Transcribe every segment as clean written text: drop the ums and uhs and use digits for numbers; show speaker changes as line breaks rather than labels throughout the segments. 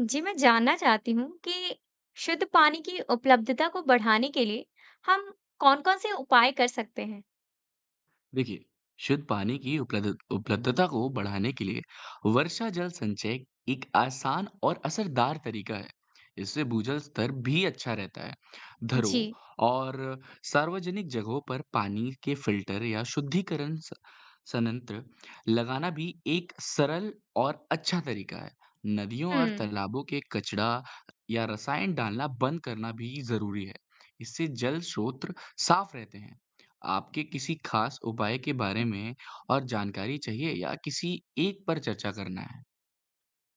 जी, मैं जानना चाहती हूँ कि शुद्ध पानी की उपलब्धता को बढ़ाने के लिए हम कौन-कौन से उपाय कर सकते हैं?
देखिए, शुद्ध पानी की उपलध उपलब्धता को बढ़ाने के लिए वर्षा जल संचय एक आसान और असरदार तरीका है। इससे भूजल स्तर भी अच्छा रहता है। घरों
जी।
और सार्वजनिक जगहों पर पानी के फिल्टर या शुद्धिकरण स संयंत्र लगाना भी एक सरल और अच्छा तरीका है। नदियों और
हुँ।
तालाबों के कचरा या रसायन डालना बंद करना भी ज़रूरी है। इससे जल स्रोत साफ रहते हैं। आपके किसी खास उपाय के बारे में और जानकारी चाहिए या किसी एक पर चर्चा करना है?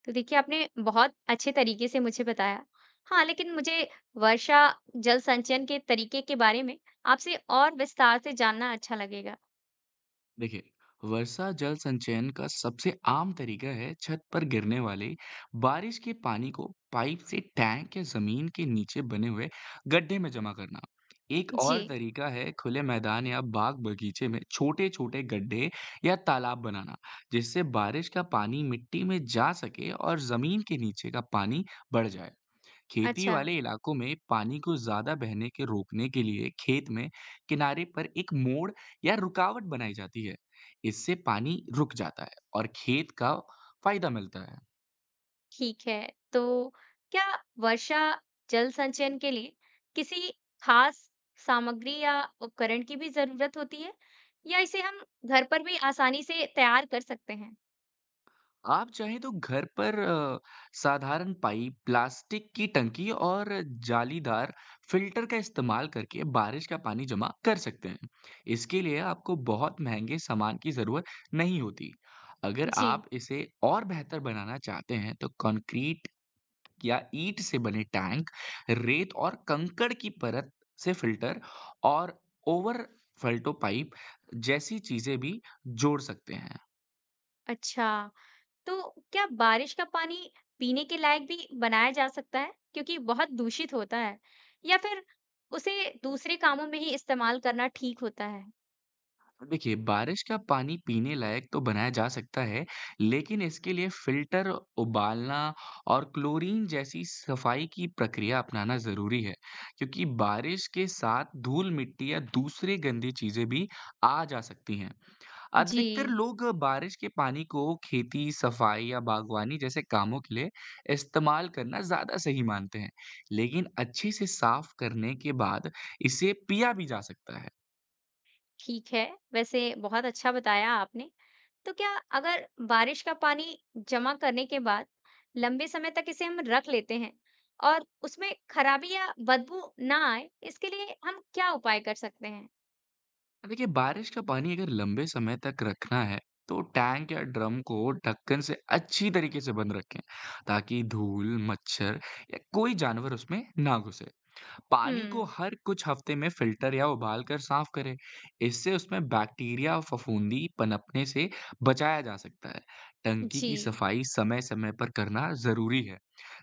तो देखिए, आपने बहुत अच्छे तरीके से मुझे बताया। हाँ, लेकिन मुझे वर्षा जल संचयन के तरीके के बारे में आपसे और विस्तार से जानना अच्छा लगेगा।
देखिए, वर्षा जल संचयन का सबसे आम तरीका है छत पर गिरने वाले बारिश के पानी को पाइप से टैंक या जमीन के नीचे बने हुए गड्ढे में जमा करना। एक और
जी।
तरीका है खुले मैदान या बाग बगीचे में छोटे-छोटे गड्ढे या तालाब बनाना, जिससे बारिश का पानी मिट्टी में जा सके और जमीन के नीचे का पानी बढ़ जाए। खेती
अच्छा।
वाले इलाकों में पानी को ज्यादा बहने के रोकने के लिए खेत में किनारे पर एक मोड़ या रुकावट बनाई जाती है। इससे पानी रुक जाता है और खेत का फायदा मिलता है।
ठीक है। तो क्या वर्षा जल संचयन के लिए किसी खास सामग्री या उपकरण की भी जरूरत होती है या इसे हम घर पर भी आसानी से तैयार कर सकते हैं?
आप चाहें तो घर पर साधारण पाइप प्लास्टिक की टंकी और जालीदार फिल्टर का इस्तेमाल करके बारिश का पानी जमा कर सकते हैं। इसके लिए आपको बहुत महंगे सामान की जरूरत नहीं होती। अगर
जी।
आप इसे और बेहतर बनाना चाहते हैं तो कंक्रीट या ईंट से बने टैंक, रेत और कंकड़ की परत से फिल्टर और ओवर फल्टो पाइप जैसी चीजें भी जोड़ सकते हैं।
अच्छा। तो क्या बारिश का पानी पीने के लायक भी बनाया जा सकता है क्योंकि बहुत दूषित होता है या फिर उसे दूसरे कामों में ही इस्तेमाल करना ठीक होता है?
देखिए, बारिश का पानी पीने लायक तो बनाया जा सकता है, लेकिन इसके लिए फिल्टर, उबालना और क्लोरीन जैसी सफाई की प्रक्रिया अपनाना जरूरी है, क्योंकि बारिश के साथ धूल मिट्टी या दूसरी गंदी चीजें भी आ जा सकती हैं।
जी।
अधिकतर लोग बारिश के पानी को खेती, सफाई या बागवानी जैसे कामों के लिए इस्तेमाल करना ज़्यादा सही मानते हैं। लेकिन अच्छे से साफ करने के बाद इसे पिया भी जा सकता है।
ठीक है, वैसे बहुत अच्छा बताया आपने। तो क्या अगर बारिश का पानी जमा करने के बाद लंबे समय तक इसे हम रख लेते हैं और उसमें खराबी या बदबू ना आए, इसके लिए हम क्या उपाय कर सकते हैं?
देखिए, बारिश का पानी अगर लंबे समय तक रखना है, तो टैंक या ड्रम को ढक्कन से अच्छी तरीके से बंद रखें, ताकि धूल, मच्छर या कोई जानवर उसमें ना घुसे। पानी को
हुँ।
हर कुछ हफ्ते में फिल्टर या उबाल कर साफ करें। इससे उसमें बैक्टीरिया और फफूंदी पनपने से बचाया जा सकता है। टंकी
जी।
की सफाई समय समय पर करना जरूरी है,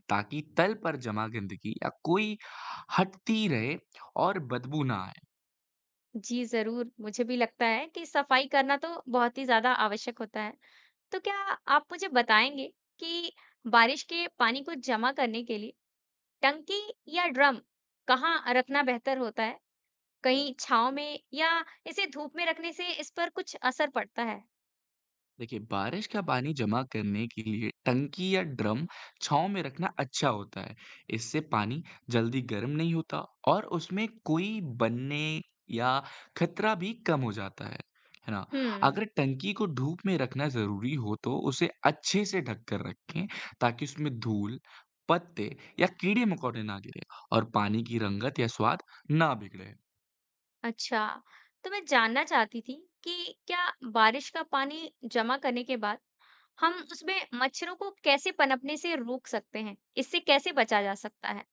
ताकि तल पर जमा गंदगी या कोई हटती रहे और बदबू ना आए।
जी, ज़रूर। मुझे भी लगता है कि सफाई करना तो बहुत ही ज़्यादा आवश्यक होता है। तो क्या आप मुझे बताएँगे कि बारिश के पानी को जमा करने के लिए टंकी या ड्रम कहाँ रखना बेहतर होता है? कहीं छाँव में या इसे धूप में रखने से इस पर कुछ असर पड़ता है?
देखिए, बारिश का पानी जमा करने के लिए टंकी या ड्रम छाँव में रखना अच्छा होता है। इससे पानी जल्दी गर्म नहीं होता और उसमें कोई बनने या खतरा भी कम हो जाता है। है ना?
हम्म।
अगर टंकी को धूप में रखना ज़रूरी हो तो उसे अच्छे से ढक कर रखें, ताकि उसमें धूल, पत्ते या कीड़े-मकोड़े ना गिरे और पानी की रंगत या स्वाद ना बिगड़े।
अच्छा। तो मैं जानना चाहती थी कि क्या बारिश का पानी जमा करने के बाद हम उसमें मच्छरों को कैसे पनपने से रोक सकते हैं? इससे कैसे बचा जा सकता है?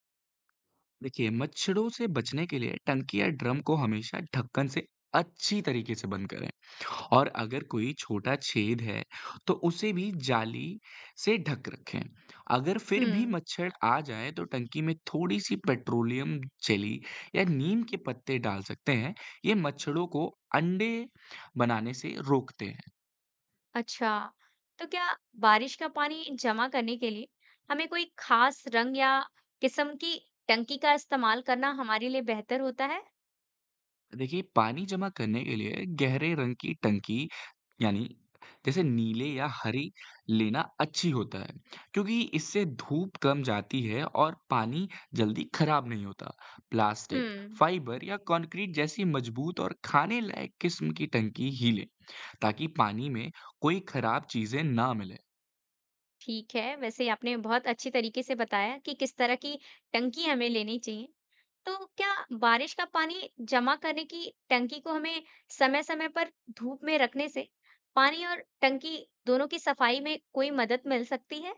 देखिए, मच्छरों से बचने के लिए टंकी या ड्रम को हमेशा ढक्कन से अच्छी तरीके से बंद करें, और अगर कोई छोटा छेद है तो उसे भी जाली से ढक रखें। अगर फिर भी
हम्म।
मच्छर आ जाए तो टंकी में थोड़ी सी पेट्रोलियम जेली या नीम के पत्ते डाल सकते हैं। ये मच्छरों को अंडे बनाने से रोकते हैं।
अच्छा। तो क्या बारिश का पानी जमा करने के लिए हमें कोई खास रंग या किस्म की टंकी का इस्तेमाल करना हमारे लिए बेहतर होता है?
देखिए, पानी जमा करने के लिए गहरे रंग की टंकी, यानी जैसे नीले या हरी लेना अच्छी होता है, क्योंकि इससे धूप कम जाती है और पानी जल्दी खराब नहीं होता। प्लास्टिक,
हम्म।
फाइबर या कंक्रीट जैसी मजबूत और खाने लायक किस्म की टंकी ही लें, ताकि पानी में कोई खराब चीजें ना मिले।
ठीक है, वैसे आपने बहुत अच्छी तरीके से बताया कि किस तरह की टंकी हमें लेनी चाहिए। तो क्या बारिश का पानी जमा करने की टंकी को हमें समय-समय पर धूप में रखने से पानी और टंकी दोनों की सफाई में कोई मदद मिल सकती है?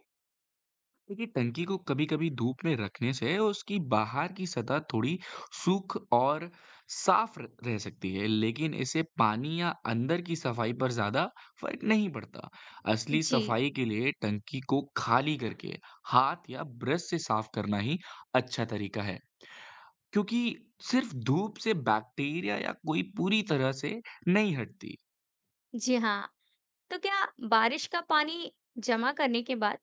देखिए, टंकी को कभी-कभी धूप में रखने से उसकी बाहर की सतह थोड़ी सूख और रह सकती है, लेकिन इससे पानी या अंदर की सफाई पर ज्यादा फर्क नहीं पड़ता। असली
जी।
सफाई के लिए टंकी को खाली करके हाथ या ब्रश से साफ करना ही अच्छा तरीका है, क्योंकि सिर्फ धूप से बैक्टीरिया या कोई पूरी तरह से नहीं हटती।
जी हाँ। तो क्या बारिश का पानी जमा करने के बाद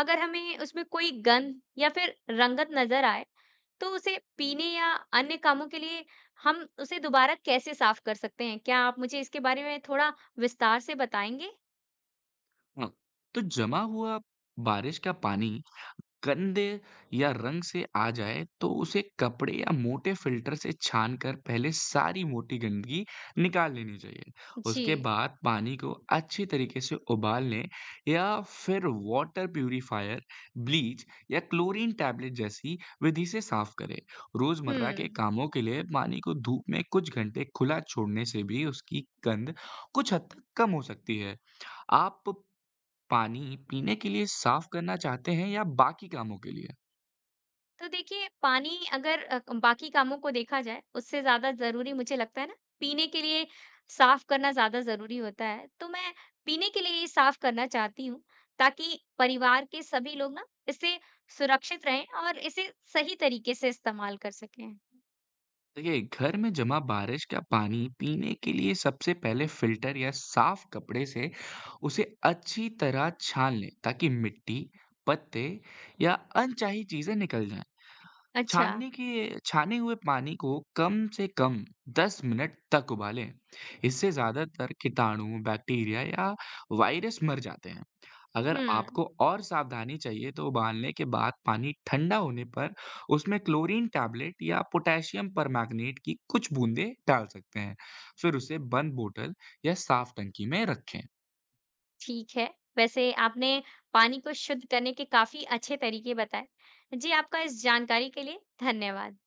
अगर हमें उसमें कोई गंध या फिर रंगत नजर आए तो उसे पीने या अन्य कामों के लिए हम उसे दोबारा कैसे साफ कर सकते हैं? क्या आप मुझे इसके बारे में थोड़ा विस्तार से बताएँगे?
हाँ, तो जमा हुआ बारिश का पानी गंदे या रंग से आ जाए तो उसे कपड़े या मोटे फिल्टर से छान कर पहले सारी मोटी गंदगी निकाल लेनी चाहिए। उसके
जी।
बाद पानी को अच्छी तरीके से उबाल लें या फिर वाटर प्यूरिफायर, ब्लीच या क्लोरीन टैबलेट जैसी विधि से साफ करें। रोजमर्रा के
हुँ।
कामों के लिए पानी को धूप में कुछ घंटे खुला छोड़ने से भी उसकी गंध कुछ हद तक कम हो सकती है। आप पानी पीने के लिए साफ करना चाहते हैं या बाकी कामों के लिए?
तो देखिए, पानी अगर बाकी कामों को देखा जाए, उससे ज़्यादा ज़रूरी मुझे लगता है ना, पीने के लिए साफ करना ज़्यादा ज़रूरी होता है। तो मैं पीने के लिए ही साफ करना चाहती हूँ, ताकि परिवार के सभी लोग ना, इससे सुरक्षित रहें और इसे सही तरीके से इस्तेमाल कर सकें।
देखिए, घर में जमा बारिश का पानी पीने के लिए सबसे पहले फिल्टर या साफ कपड़े से उसे अच्छी तरह छान लें, ताकि मिट्टी, पत्ते या अनचाही चीजें निकल जाएं।
अच्छा।
छानने के छाने हुए पानी को कम से कम 10 मिनट तक उबालें। इससे ज़्यादातर कीटाणु, बैक्टीरिया या वायरस मर जाते हैं। अगर
हुँ।
आपको और सावधानी चाहिए तो उबालने के बाद पानी ठंडा होने पर उसमें क्लोरीन टैबलेट या पोटेशियम परमैंगनेट की कुछ बूंदें डाल सकते हैं। फिर उसे बंद बोतल या साफ टंकी में रखें।
ठीक है। वैसे आपने पानी को शुद्ध करने के काफ़ी अच्छे तरीके बताए। जी, आपका इस जानकारी के लिए धन्यवाद।